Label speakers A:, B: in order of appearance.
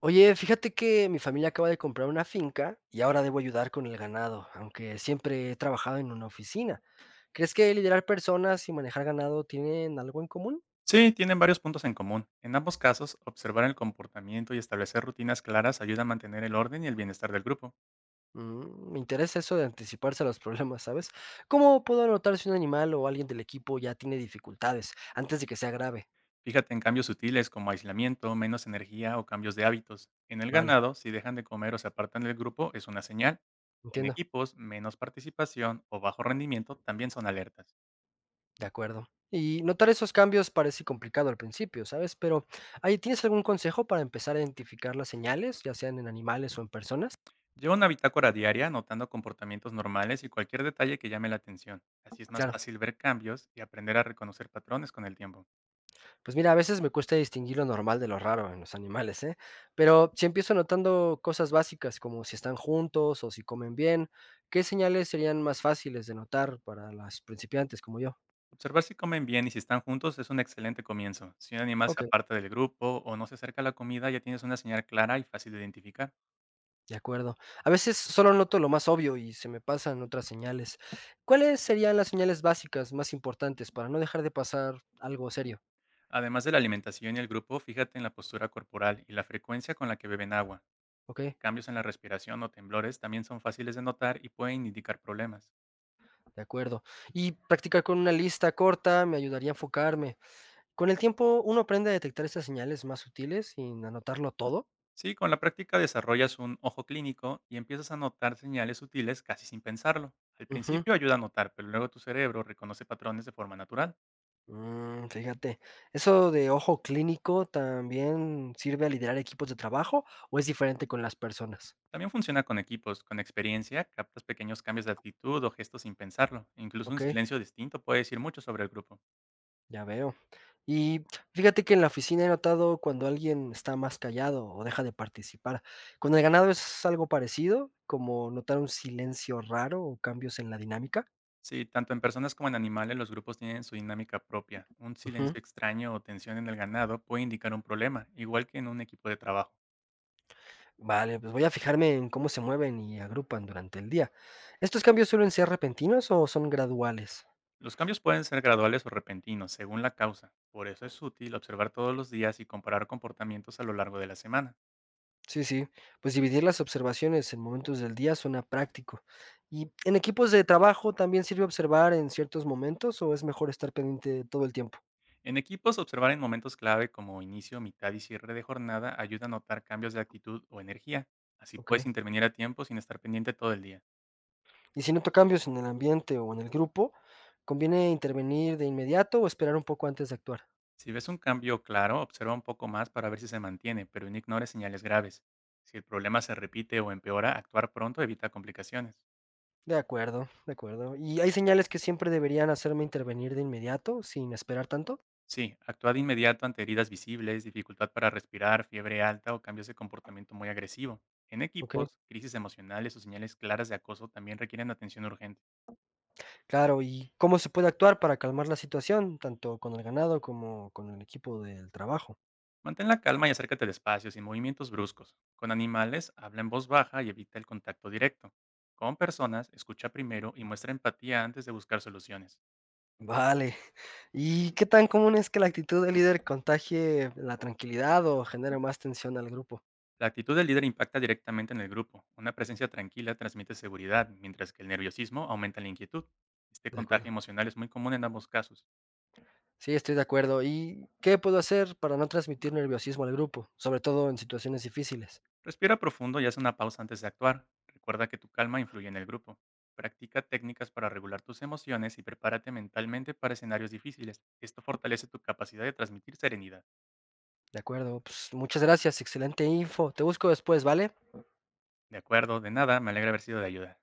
A: Oye, fíjate que mi familia acaba de comprar una finca y ahora debo ayudar con el ganado, aunque siempre he trabajado en una oficina. ¿Crees que liderar personas y manejar ganado tienen algo en común?
B: Sí, tienen varios puntos en común. En ambos casos, observar el comportamiento y establecer rutinas claras ayuda a mantener el orden y el bienestar del grupo.
A: Mm, me interesa eso de anticiparse a los problemas, ¿sabes? ¿Cómo puedo anotar si un animal o alguien del equipo ya tiene dificultades antes de que sea grave?
B: Fíjate en cambios sutiles como aislamiento, menos energía o cambios de hábitos. En el
A: Vale,
B: ganado, si dejan de comer o se apartan del grupo, es una señal. En
A: entiendo,
B: equipos, menos participación o bajo rendimiento también son alertas.
A: de acuerdo. Y notar esos cambios parece complicado al principio, ¿sabes? Pero, ahí, ¿tienes algún consejo para empezar a identificar las señales, ya sean en animales o en personas?
B: Lleva una bitácora diaria anotando comportamientos normales y cualquier detalle que llame la atención. Así es más
A: Claro.
B: fácil ver cambios y aprender a reconocer patrones con el tiempo.
A: Pues mira, a veces me cuesta distinguir lo normal de lo raro en los animales, ¿eh? Pero si empiezo notando cosas básicas como si están juntos o si comen bien, ¿qué señales serían más fáciles de notar para las principiantes como yo?
B: Observar si comen bien y si están juntos es un excelente comienzo. Si un animal
A: Ok,
B: se aparta del grupo o no se acerca a la comida, ya tienes una señal clara y fácil de identificar.
A: de acuerdo. A veces solo noto lo más obvio y se me pasan otras señales. ¿Cuáles serían las señales básicas más importantes para no dejar de pasar algo serio?
B: Además de la alimentación y el grupo, fíjate en la postura corporal y la frecuencia con la que beben agua.
A: Ok,
B: Cambios en la respiración o temblores también son fáciles de notar y pueden indicar problemas.
A: de acuerdo. Y practicar con una lista corta me ayudaría a enfocarme. Con el tiempo uno aprende a detectar estas señales más sutiles sin anotarlo todo.
B: Sí, con la práctica desarrollas un ojo clínico y empiezas a notar señales sutiles casi sin pensarlo. Al
A: Ujú.
B: principio ayuda a notar, pero luego tu cerebro reconoce patrones de forma natural.
A: Mm, fíjate, ¿eso de ojo clínico también sirve a liderar equipos de trabajo o es diferente con las personas?
B: También funciona con equipos. Con experiencia, captas pequeños cambios de actitud o gestos sin pensarlo. Incluso un
A: Ok,
B: silencio distinto puede decir mucho sobre el grupo.
A: ya veo. Y fíjate que en la oficina he notado cuando alguien está más callado o deja de participar. Con el ganado es algo parecido, como notar un silencio raro o cambios en la dinámica.
B: Sí, tanto en personas como en animales los grupos tienen su dinámica propia. Un silencio extraño o tensión en el ganado puede indicar un problema, igual que en un equipo de trabajo.
A: Vale, pues voy a fijarme en cómo se mueven y agrupan durante el día. ¿Estos cambios suelen ser repentinos o son graduales?
B: Los cambios pueden ser graduales o repentinos, según la causa. Por eso es útil observar todos los días y comparar comportamientos a lo largo de la semana.
A: Sí, sí, pues dividir las observaciones en momentos del día suena práctico. ¿Y en equipos de trabajo también sirve observar en ciertos momentos o es mejor estar pendiente todo el tiempo?
B: En equipos, observar en momentos clave como inicio, mitad y cierre de jornada ayuda a notar cambios de actitud o energía. Así
A: Ok.
B: puedes intervenir a tiempo sin estar pendiente todo el día.
A: Y si noto cambios en el ambiente o en el grupo, ¿conviene intervenir de inmediato o esperar un poco antes de actuar?
B: Si ves un cambio claro, observa un poco más para ver si se mantiene, pero no ignores señales graves. Si el problema se repite o empeora, actuar pronto evita complicaciones.
A: De acuerdo, de acuerdo. ¿Y hay señales que siempre deberían hacerme intervenir de inmediato sin esperar tanto?
B: Sí, actúa de inmediato ante heridas visibles, dificultad para respirar, fiebre alta o cambios de comportamiento muy agresivo. En
A: Ok.
B: equipos, crisis emocionales o señales claras de acoso también requieren atención urgente.
A: Claro, ¿y cómo se puede actuar para calmar la situación, tanto con el ganado como con el equipo del trabajo?
B: Mantén la calma y acércate despacio, sin movimientos bruscos. Con animales, habla en voz baja y evita el contacto directo. Con personas, escucha primero y muestra empatía antes de buscar soluciones.
A: Vale. ¿Y qué tan común es que la actitud del líder contagie la tranquilidad o genere más tensión al grupo?
B: La actitud del líder impacta directamente en el grupo. Una presencia tranquila transmite seguridad, mientras que el nerviosismo aumenta la inquietud. Este
A: De
B: contagio
A: acuerdo.
B: emocional es muy común en ambos casos.
A: Sí, estoy de acuerdo. ¿Y qué puedo hacer para no transmitir nerviosismo al grupo, sobre todo en situaciones difíciles?
B: Respira profundo y haz una pausa antes de actuar. Recuerda que tu calma influye en el grupo. Practica técnicas para regular tus emociones y prepárate mentalmente para escenarios difíciles. Esto fortalece tu capacidad de transmitir serenidad.
A: De acuerdo. Pues muchas gracias, excelente info. Te busco después, ¿vale?
B: De acuerdo, de nada, me alegra haber sido de ayuda.